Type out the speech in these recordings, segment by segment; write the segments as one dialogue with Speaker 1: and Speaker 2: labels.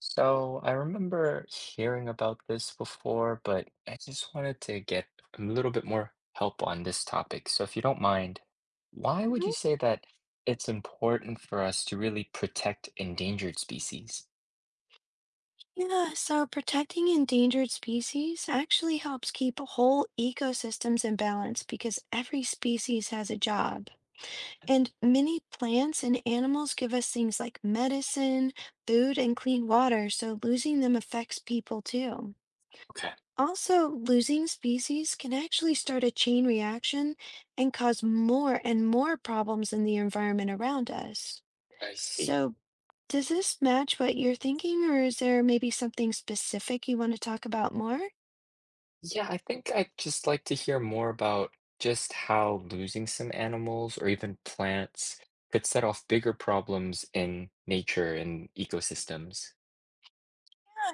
Speaker 1: So I remember hearing about this before, but I just wanted to get a little bit more help on this topic. So if you don't mind, why would you
Speaker 2: Mhm.
Speaker 1: say that it's important for us to really protect endangered species?
Speaker 2: Yeah, so protecting endangered species actually helps keep whole ecosystems in balance because every species has a job. And many plants and animals give us things like medicine, food, and clean water, so losing them affects people too.
Speaker 1: Okay.
Speaker 2: Also, losing species can actually start a chain reaction and cause more and more problems in the environment around us.
Speaker 1: I see.
Speaker 2: So, does this match what you're thinking, or is there maybe something specific you want to talk about more? Yeah,
Speaker 1: Yeah, I think I'd just like to hear more about just how losing some animals or even plants could set off bigger problems in nature and ecosystems.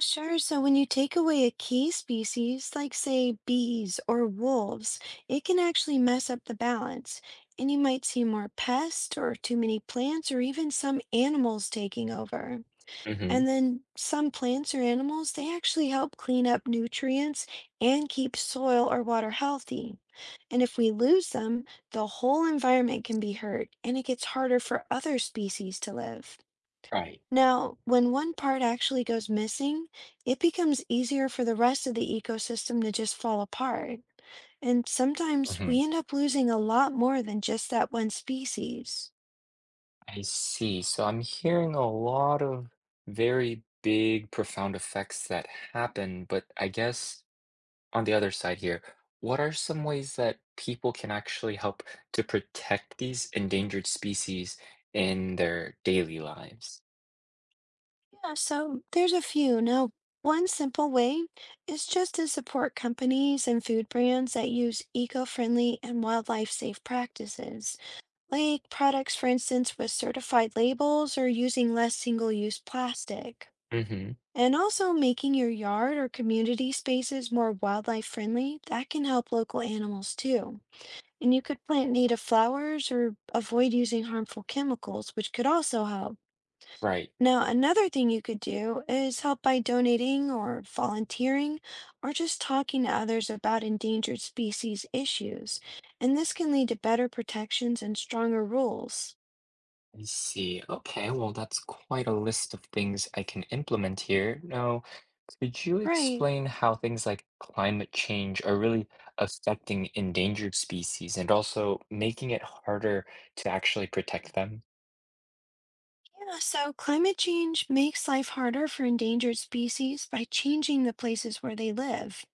Speaker 2: sure. So, when you take away a key species, like say bees or wolves, it can actually mess up the balance, and you might see more pests or too many plants or even some animals taking over.
Speaker 1: Mm-hmm.
Speaker 2: And then some plants or animals, they actually help clean up nutrients and keep soil or water healthy. And if we lose them, the whole environment can be hurt and it gets harder for other species to live.
Speaker 1: Right.
Speaker 2: Now, when one part actually goes missing, it becomes easier for the rest of the ecosystem to just fall apart. And sometimes
Speaker 1: Mm-hmm.
Speaker 2: we end up losing a lot more than just that one species.
Speaker 1: I see. So I'm hearing a lot of very big, profound effects that happen, but I guess on the other side here, what are some ways that people can actually help to protect these endangered species in their daily lives?
Speaker 2: Yeah, so there's a few. Now, one simple way is just to support companies and food brands that use eco-friendly and wildlife-safe practices, like products, for instance, with certified labels or using less single-use plastic.
Speaker 1: Hmm.
Speaker 2: And also making your yard or community spaces more wildlife-friendly, that can help local animals too. And you could plant native flowers or avoid using harmful chemicals, which could also help.
Speaker 1: Right.
Speaker 2: Now, another thing you could do is help by donating or volunteering or just talking to others about endangered species issues. And this can lead to better protections and stronger rules.
Speaker 1: I see. Okay, well, that's quite a list of things I can implement here. Now, could you
Speaker 2: Right.
Speaker 1: explain how things like climate change are really affecting endangered species and also making it harder to actually protect them?
Speaker 2: Yeah, so climate change makes life harder for endangered species by changing the places where they live.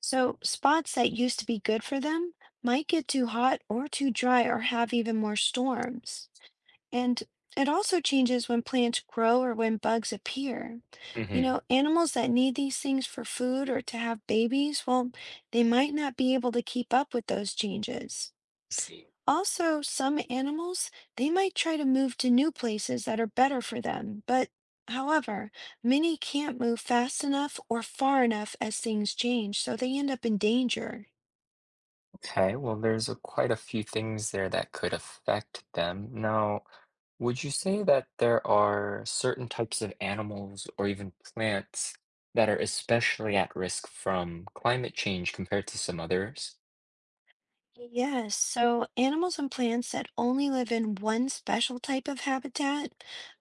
Speaker 2: So, spots that used to be good for them might get too hot or too dry or have even more storms. And it also changes when plants grow or when bugs appear. You
Speaker 1: Mm-hmm.
Speaker 2: know, animals that need these things for food or to have babies, well, they might not be able to keep up with those changes.
Speaker 1: See.
Speaker 2: Also, some animals, they might try to move to new places that are better for them, but however, many can't move fast enough or far enough as things change, so they end up in danger.
Speaker 1: Okay, well, quite a few things there that could affect them. Now, would you say that there are certain types of animals or even plants that are especially at risk from climate change compared to some others?
Speaker 2: Yes, so animals and plants that only live in one special type of habitat,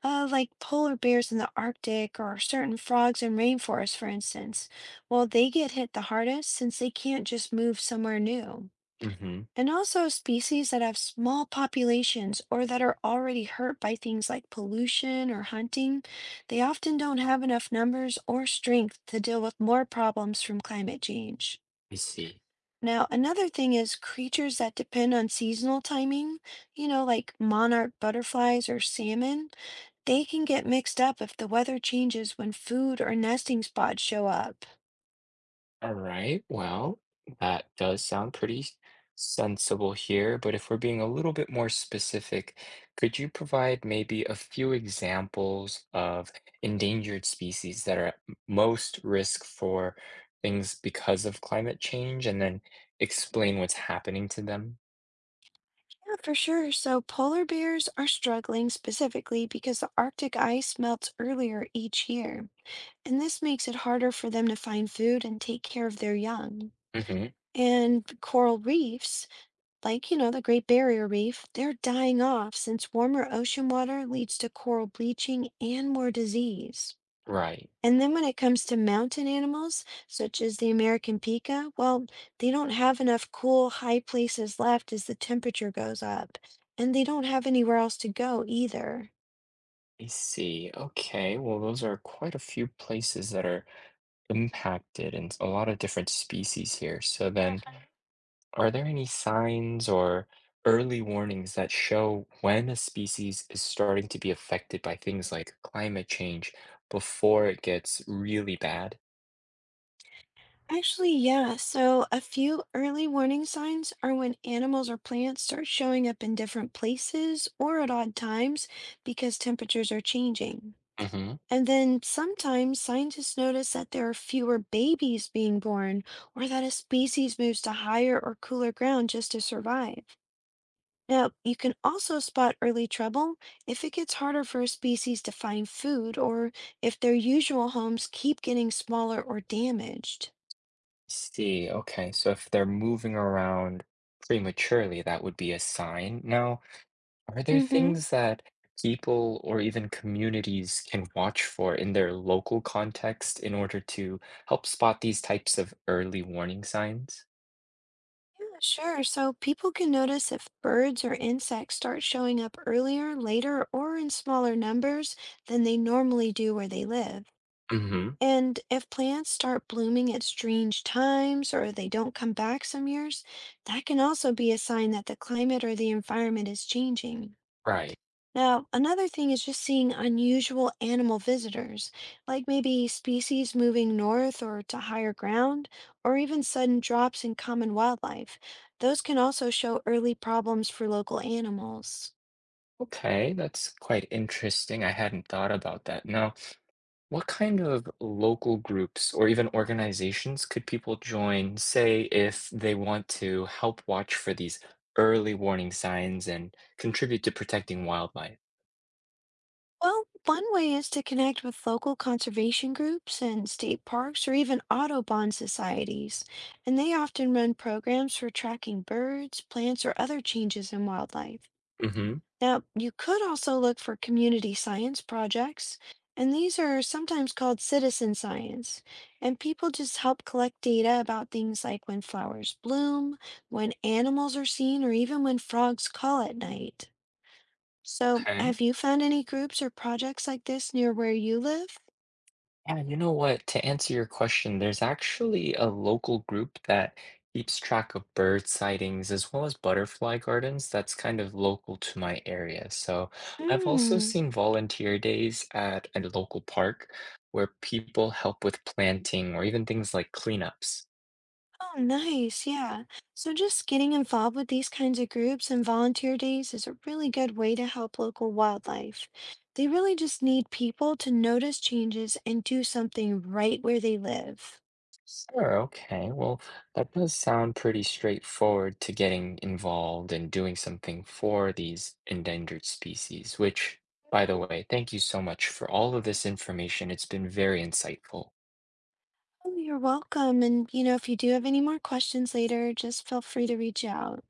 Speaker 2: like polar bears in the Arctic or certain frogs in rainforests, for instance, well, they get hit the hardest since they can't just move somewhere new.
Speaker 1: Mm-hmm.
Speaker 2: And also species that have small populations or that are already hurt by things like pollution or hunting, they often don't have enough numbers or strength to deal with more problems from climate change.
Speaker 1: I see.
Speaker 2: Now, another thing is creatures that depend on seasonal timing, you know, like monarch butterflies or salmon, they can get mixed up if the weather changes when food or nesting spots show up.
Speaker 1: All right. Well, that does sound pretty sensible here, but if we're being a little bit more specific, could you provide maybe a few examples of endangered species that are at most risk for things because of climate change and then explain what's happening to them?
Speaker 2: Yeah, for sure. So polar bears are struggling specifically because the Arctic ice melts earlier each year, and this makes it harder for them to find food and take care of their young.
Speaker 1: Hmm.
Speaker 2: And coral reefs, like, you know, the Great Barrier Reef, they're dying off since warmer ocean water leads to coral bleaching and more disease.
Speaker 1: Right.
Speaker 2: And then when it comes to mountain animals, such as the American pika, well, they don't have enough cool, high places left as the temperature goes up, and they don't have anywhere else to go either.
Speaker 1: I see. Okay. Well, those are quite a few places that are impacted and a lot of different species here. So then are there any signs or early warnings that show when a species is starting to be affected by things like climate change before it gets really bad?
Speaker 2: Actually, yeah, so a few early warning signs are when animals or plants start showing up in different places or at odd times because temperatures are changing.
Speaker 1: Hmm.
Speaker 2: And then sometimes scientists notice that there are fewer babies being born, or that a species moves to higher or cooler ground just to survive. Now, you can also spot early trouble if it gets harder for a species to find food, or if their usual homes keep getting smaller or damaged.
Speaker 1: See, okay, so if they're moving around prematurely, that would be a sign. Now, are there
Speaker 2: Hmm.
Speaker 1: things that people or even communities can watch for in their local context in order to help spot these types of early warning signs?
Speaker 2: Yeah, sure. So people can notice if birds or insects start showing up earlier, later, or in smaller numbers than they normally do where they live.
Speaker 1: Hmm.
Speaker 2: And if plants start blooming at strange times or they don't come back some years, that can also be a sign that the climate or the environment is changing.
Speaker 1: Right.
Speaker 2: Now, another thing is just seeing unusual animal visitors, like maybe species moving north or to higher ground, or even sudden drops in common wildlife. Those can also show early problems for local animals.
Speaker 1: Okay, that's quite interesting. I hadn't thought about that. Now, what kind of local groups or even organizations could people join, say, if they want to help watch for these early warning signs and contribute to protecting wildlife?
Speaker 2: Well, one way is to connect with local conservation groups and state parks or even Audubon societies, and they often run programs for tracking birds, plants, or other changes in wildlife.
Speaker 1: Mm-hmm.
Speaker 2: Now, you could also look for community science projects, and these are sometimes called citizen science, and people just help collect data about things like when flowers bloom, when animals are seen, or even when frogs call at night. So,
Speaker 1: Okay.
Speaker 2: have you found any groups or projects like this near where you live?
Speaker 1: Yeah, you know what? To answer your question, there's actually a local group that keeps track of bird sightings as well as butterfly gardens that's kind of local to my area. So I've also
Speaker 2: Mm.
Speaker 1: seen volunteer days at a local park where people help with planting or even things like cleanups.
Speaker 2: Oh, nice. Yeah. So, just getting involved with these kinds of groups and volunteer days is a really good way to help local wildlife. They really just need people to notice changes and do something right where they live.
Speaker 1: Sure, okay. Well, that does sound pretty straightforward to getting involved and doing something for these endangered species, which, by the
Speaker 2: Mhm.
Speaker 1: way, thank you so much for all of this information. It's been very insightful.
Speaker 2: Oh, you're welcome. And, you know, if you do have any more questions later, just feel free to reach out.